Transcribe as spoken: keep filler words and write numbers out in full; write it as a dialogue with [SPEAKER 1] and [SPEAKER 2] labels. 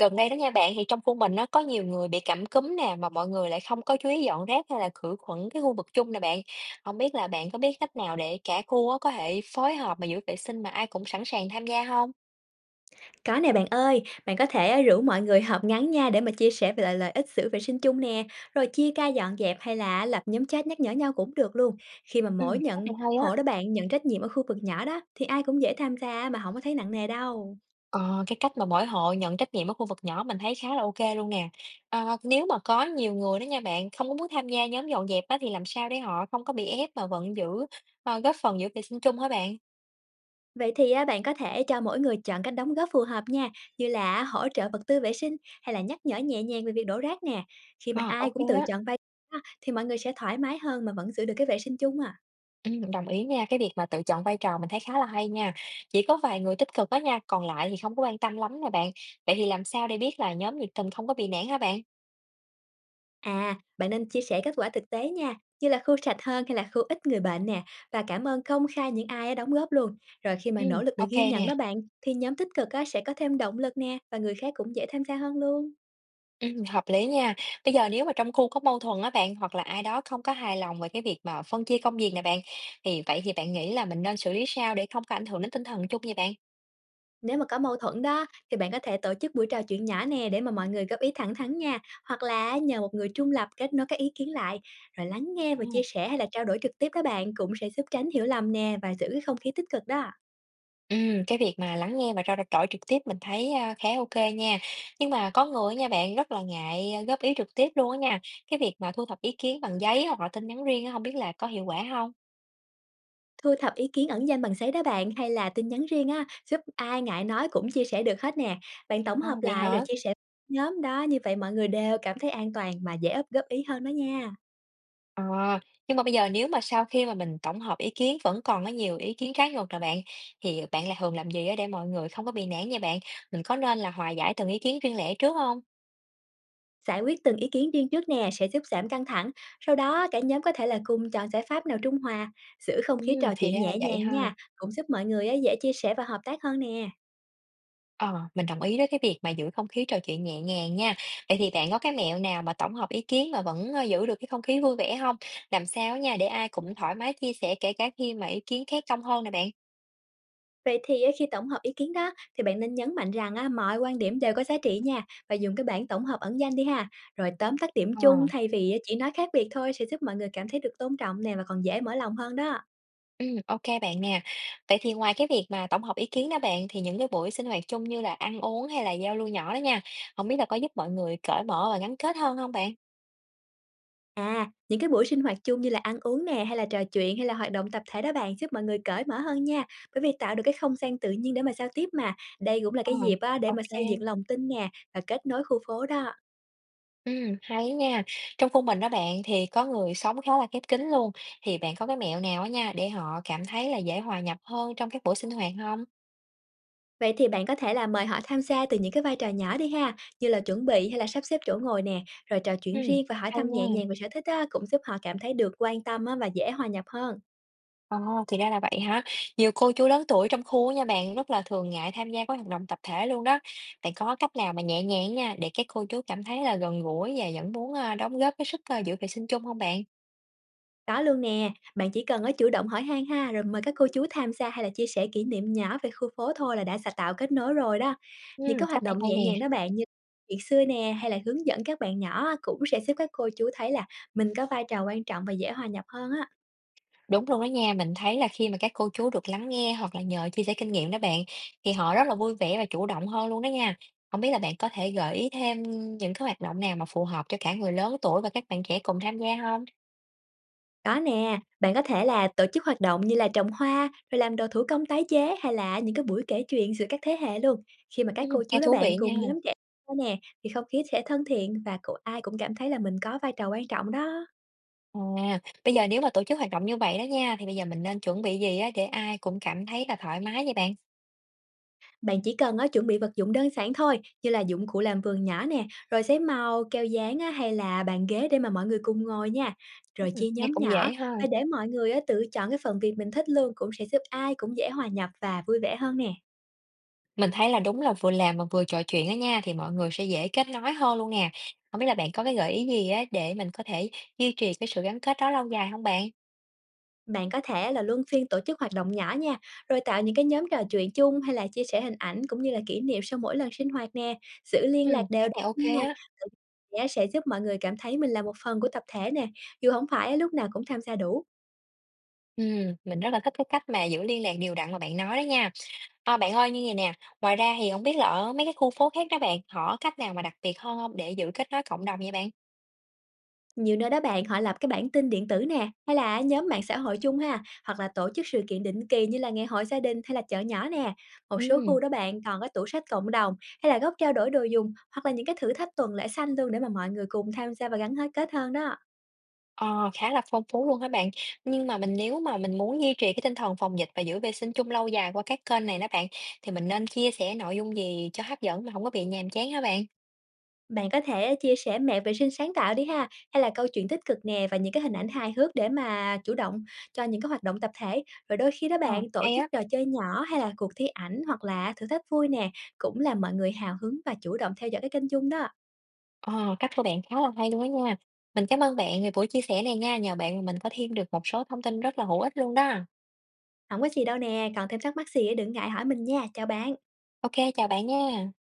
[SPEAKER 1] Gần đây đó nha bạn, thì trong khu mình nó có nhiều người bị cảm cúm nè, mà mọi người lại không có chú ý dọn rác hay là khử khuẩn cái khu vực chung nè bạn. Không biết là bạn có biết cách nào để cả khu á, có thể phối hợp mà giữ vệ sinh mà ai cũng sẵn sàng tham gia không?
[SPEAKER 2] Có nè bạn ơi, bạn có thể ờ, rủ mọi người họp ngắn nha, để mà chia sẻ về lại lợi ích giữ vệ sinh chung nè, rồi chia ca dọn dẹp hay là lập nhóm chat nhắc nhở nhau cũng được luôn. Khi mà
[SPEAKER 1] Ừ,
[SPEAKER 2] mỗi
[SPEAKER 1] cách
[SPEAKER 2] nhận
[SPEAKER 1] này hay
[SPEAKER 2] hộ đó
[SPEAKER 1] á.
[SPEAKER 2] bạn nhận trách nhiệm ở khu vực nhỏ đó, thì ai cũng dễ tham gia mà không có thấy nặng nề đâu.
[SPEAKER 1] Ờ, cái cách mà mỗi hộ nhận trách nhiệm ở khu vực nhỏ mình thấy khá là ok luôn nè. Ờ, nếu mà có nhiều người đó nha bạn, không có muốn tham gia nhóm dọn dẹp á, thì làm sao để họ không có bị ép mà vẫn giữ ờ, góp phần giữ vệ sinh chung hả bạn?
[SPEAKER 2] Vậy thì á, bạn có thể cho mỗi người chọn cách đóng góp phù hợp nha, như là hỗ trợ vật tư vệ sinh hay là nhắc nhở nhẹ nhàng về việc đổ rác nè. Khi mà
[SPEAKER 1] À,
[SPEAKER 2] ai
[SPEAKER 1] ok
[SPEAKER 2] cũng tự
[SPEAKER 1] á.
[SPEAKER 2] chọn vai trò á, thì mọi người sẽ thoải mái hơn mà vẫn giữ được cái vệ sinh chung à.
[SPEAKER 1] Ừm, đồng ý nha, cái việc mà tự chọn vai trò mình thấy khá là hay nha. Chỉ có vài người tích cực đó nha, còn lại thì không có quan tâm lắm nè bạn. Vậy thì làm sao để biết là nhóm nhiệt tình không có bị nản hả bạn?
[SPEAKER 2] À, bạn nên chia sẻ kết quả thực tế nha, như là khu sạch hơn hay là khu ít người bệnh nè, và cảm ơn công khai những ai đã đóng góp luôn. Rồi khi mà nỗ
[SPEAKER 1] Ừm,
[SPEAKER 2] lực được
[SPEAKER 1] OK
[SPEAKER 2] ghi nhận
[SPEAKER 1] nè,
[SPEAKER 2] đó bạn, thì nhóm tích cực á, sẽ có thêm động lực nè, và người khác cũng dễ tham gia hơn luôn.
[SPEAKER 1] ừm, hợp lý nha. Bây giờ nếu mà trong khu có mâu thuẫn á bạn, hoặc là ai đó không có hài lòng về cái việc mà phân chia công việc nè bạn, thì vậy thì bạn nghĩ là mình nên xử lý sao để không có ảnh hưởng đến tinh thần chung vậy bạn?
[SPEAKER 2] Nếu mà có mâu thuẫn đó, thì bạn có thể tổ chức buổi trò chuyện nhỏ nè, để mà mọi người góp ý thẳng thắn nha, hoặc là nhờ một người trung lập kết nối các ý kiến lại, rồi lắng nghe và
[SPEAKER 1] Ờ.
[SPEAKER 2] chia sẻ hay là trao đổi trực tiếp đó bạn, cũng sẽ giúp tránh hiểu lầm nè, và giữ cái không khí tích cực đó.
[SPEAKER 1] Ừm, cái việc mà lắng nghe và trao đổi trực tiếp mình thấy, a, khá ok nha. Nhưng mà có người nha bạn, rất là ngại, a, góp ý trực tiếp luôn á nha. Cái việc mà thu thập ý kiến bằng giấy hoặc là tin nhắn riêng á, hông biết là có hiệu quả không
[SPEAKER 2] Thu thập ý kiến ẩn danh bằng giấy đó bạn, hay là tin nhắn riêng á, giúp ai ngại nói cũng chia sẻ được hết nè. Bạn tổng hợp
[SPEAKER 1] không vậy
[SPEAKER 2] lại rồi
[SPEAKER 1] hả?
[SPEAKER 2] chia sẻ nhóm đó, như vậy mọi người đều cảm thấy an toàn mà dễ ấp góp ý hơn đó nha.
[SPEAKER 1] Ờ, nhưng mà bây giờ nếu mà sau khi mà mình tổng hợp ý kiến vẫn còn có nhiều ý kiến trái ngược nè bạn, thì bạn là thường làm gì á để mọi người không có bị nản nha bạn? Mình có nên là hòa giải từng ý kiến riêng lẻ trước không?
[SPEAKER 2] Giải quyết từng ý kiến riêng trước nè, sẽ giúp giảm căng thẳng, sau đó cả nhóm có thể là cùng chọn giải pháp nào trung hòa, giữ không khí
[SPEAKER 1] Ừm,
[SPEAKER 2] trò
[SPEAKER 1] thì
[SPEAKER 2] chuyện
[SPEAKER 1] ra là
[SPEAKER 2] nhẹ
[SPEAKER 1] vậy
[SPEAKER 2] nhàng
[SPEAKER 1] ha.
[SPEAKER 2] nha, cũng giúp mọi người á, dễ chia sẻ và hợp tác hơn nè.
[SPEAKER 1] Ờ, mình đồng ý với cái việc mà giữ không khí trò chuyện nhẹ nhàng nha. Vậy thì bạn có cái mẹo nào mà tổng hợp ý kiến mà vẫn, ơ, giữ được cái không khí vui vẻ không? Làm sao nha để ai cũng thoải mái chia sẻ kể cả khi mà ý kiến khác trong hơn nè bạn?
[SPEAKER 2] Vậy thì á, khi tổng hợp ý kiến đó, thì bạn nên nhấn mạnh rằng á, mọi quan điểm đều có giá trị nha, và dùng cái bảng tổng hợp ẩn danh đi ha. Rồi tóm tắt điểm
[SPEAKER 1] Ờ,
[SPEAKER 2] chung thay vì á, chỉ nói khác biệt thôi, sẽ giúp mọi người cảm thấy được tôn trọng nè, và còn dễ mở lòng hơn đó.
[SPEAKER 1] ừm, ô bạn nè. Vậy thì ngoài cái việc mà tổng hợp ý kiến đó bạn, thì những cái buổi sinh hoạt chung như là ăn uống hay là giao lưu nhỏ đó nha, không biết là có giúp mọi người cởi mở và gắn kết hơn không bạn?
[SPEAKER 2] À, những cái buổi sinh hoạt chung như là ăn uống nè, hay là trò chuyện, hay là hoạt động tập thể đó bạn, giúp mọi người cởi mở hơn nha. Bởi vì tạo được cái không gian tự nhiên để mà giao tiếp mà. Đây cũng là
[SPEAKER 1] Ờ,
[SPEAKER 2] cái dịp á, để mà
[SPEAKER 1] ok.
[SPEAKER 2] xây dựng lòng tin nè, và kết nối khu phố đó.
[SPEAKER 1] Ừm, hay nha. Trong khu mình đó bạn thì có người sống khá là khép kín luôn, thì bạn có cái mẹo nào á nha để họ cảm thấy là dễ hòa nhập hơn trong các buổi sinh hoạt không?
[SPEAKER 2] Vậy thì bạn có thể là mời họ tham gia từ những cái vai trò nhỏ đi ha, như là chuẩn bị hay là sắp xếp chỗ ngồi nè, rồi trò chuyện
[SPEAKER 1] Ừm,
[SPEAKER 2] riêng và hỏi
[SPEAKER 1] hay
[SPEAKER 2] thăm nhẹ
[SPEAKER 1] nha.
[SPEAKER 2] nhàng về sở thích á, cũng giúp họ cảm thấy được quan tâm á, và dễ hòa nhập hơn.
[SPEAKER 1] Ờ, thì ra là vậy hả? Nhiều cô chú lớn tuổi trong khu á nha bạn, rất là thường ngại tham gia các hoạt động tập thể luôn đó. Bạn có cách nào mà nhẹ nhàng nha để các cô chú cảm thấy là gần gũi và vẫn muốn, a, đóng góp cái sức, a, giữ vệ sinh chung không bạn?
[SPEAKER 2] Có luôn nè, bạn chỉ cần ở chủ động hỏi han ha, rồi mời các cô chú tham gia hay là chia sẻ kỷ niệm nhỏ về khu phố thôi, là đã sẽ tạo kết nối rồi đó. Những
[SPEAKER 1] Ừm,
[SPEAKER 2] cái hoạt
[SPEAKER 1] cách này
[SPEAKER 2] động
[SPEAKER 1] hay
[SPEAKER 2] nhẹ
[SPEAKER 1] nè.
[SPEAKER 2] nhàng đó bạn, như chuyện xưa nè, hay là hướng dẫn các bạn nhỏ á, cũng sẽ giúp các cô chú thấy là mình có vai trò quan trọng và dễ hòa nhập hơn á.
[SPEAKER 1] Đúng luôn đó nha, mình thấy là khi mà các cô chú được lắng nghe hoặc là nhờ chia sẻ kinh nghiệm đó bạn, thì họ rất là vui vẻ và chủ động hơn luôn đó nha. Không biết là bạn có thể gợi ý thêm những cái hoạt động nào mà phù hợp cho cả người lớn tuổi và các bạn trẻ cùng tham gia không?
[SPEAKER 2] Có nè, bạn có thể là tổ chức hoạt động như là trồng hoa, rồi làm đồ thủ công tái chế, hay là những cái buổi kể chuyện giữa các thế hệ luôn. Khi mà các
[SPEAKER 1] Ừ,
[SPEAKER 2] cô
[SPEAKER 1] nghe
[SPEAKER 2] chú đó
[SPEAKER 1] thú
[SPEAKER 2] bạn
[SPEAKER 1] vị
[SPEAKER 2] cùng
[SPEAKER 1] nha.
[SPEAKER 2] nhóm trẻ đó nè, thì không khí sẽ thân thiện, và cũng ai cũng cảm thấy là mình có vai trò quan trọng đó.
[SPEAKER 1] À, bây giờ nếu mà tổ chức hoạt động như vậy đó nha, thì bây giờ mình nên chuẩn bị gì á để ai cũng cảm thấy là thoải mái vậy bạn?
[SPEAKER 2] Bạn chỉ cần á, chuẩn bị vật dụng đơn giản thôi, như là dụng cụ làm vườn nhỏ nè, rồi giấy màu, keo dán á, hay là bàn ghế để mà mọi người cùng ngồi nha.
[SPEAKER 1] Ừ,
[SPEAKER 2] Rồi chia
[SPEAKER 1] nghe
[SPEAKER 2] nhóm
[SPEAKER 1] cũng
[SPEAKER 2] nhỏ
[SPEAKER 1] dễ ha.
[SPEAKER 2] và để mọi người á, tự chọn cái phần việc mình thích luôn, cũng sẽ giúp ai cũng dễ hòa nhập và vui vẻ hơn nè.
[SPEAKER 1] Mình thấy là đúng là vừa làm mà vừa trò chuyện á nha, thì mọi người sẽ dễ kết nối hơn luôn nè. Không biết là bạn có cái gợi ý gì á, để mình có thể duy trì cái sự gắn kết đó lâu dài không bạn?
[SPEAKER 2] Bạn có thể là luân phiên tổ chức hoạt động nhỏ nha, rồi tạo những cái nhóm trò chuyện chung, hay là chia sẻ hình ảnh cũng như là kỷ niệm sau mỗi lần sinh hoạt nè, giữ liên
[SPEAKER 1] Ừm,
[SPEAKER 2] lạc đều
[SPEAKER 1] cách này ok
[SPEAKER 2] đặn nha.
[SPEAKER 1] á.
[SPEAKER 2] Tự sẽ sẽ giúp mọi người cảm thấy mình là một phần của tập thể nè, dù không phải lúc nào cũng tham gia đủ.
[SPEAKER 1] Ừm, mình rất là thích cái cách mà giữ liên lạc đều đặn mà bạn nói đó nha. Ờ, bạn ơi, như vậy nè, ngoài ra thì không biết là ở mấy cái khu phố khác đó bạn, họ có cách nào mà đặc biệt hơn hông để giữ kết nối cộng đồng vậy bạn?
[SPEAKER 2] Nhiều nơi đó bạn họ lập cái bản tin điện tử nè, hay là nhóm mạng xã hội chung ha, hoặc là tổ chức sự kiện định kỳ như là ngày hội gia đình hay là chợ nhỏ nè. Một số
[SPEAKER 1] Ừm.
[SPEAKER 2] khu đó bạn còn có tủ sách cộng đồng, hay là góc trao đổi đồ dùng, hoặc là những cái thử thách tuần lễ xanh luôn, để mà mọi người cùng tham gia và gắn kết kết hơn đó.
[SPEAKER 1] Ờ, khá là phong phú luôn các bạn? Nhưng mà mình nếu mà mình muốn duy trì cái tinh thần phòng dịch và giữ vệ sinh chung lâu dài qua các kênh này đó bạn, thì mình nên chia sẻ nội dung gì cho hấp dẫn mà không có bị nhàm chán hả bạn?
[SPEAKER 2] Bạn có thể chia sẻ mẹo vệ sinh sáng tạo đi ha, hay là câu chuyện tích cực nè, và những cái hình ảnh hài hước, để mà chủ động cho những cái hoạt động tập thể. Rồi đôi khi đó
[SPEAKER 1] Ờ,
[SPEAKER 2] bạn tổ
[SPEAKER 1] hay
[SPEAKER 2] chức
[SPEAKER 1] á,
[SPEAKER 2] trò chơi nhỏ, hay là cuộc thi ảnh, hoặc là thử thách vui nè, cũng làm mọi người hào hứng và chủ động theo dõi cái kênh chung đó.
[SPEAKER 1] ờ, cách của bạn khá là hay luôn á nha. Mình cảm ơn bạn về buổi chia sẻ này nha, nhờ bạn mà mình có thêm được một số thông tin rất là hữu ích luôn đó.
[SPEAKER 2] Không có gì đâu nè, còn thêm thắc mắc gì á, đừng ngại hỏi mình nha. Chào bạn.
[SPEAKER 1] Ok, chào bạn nha.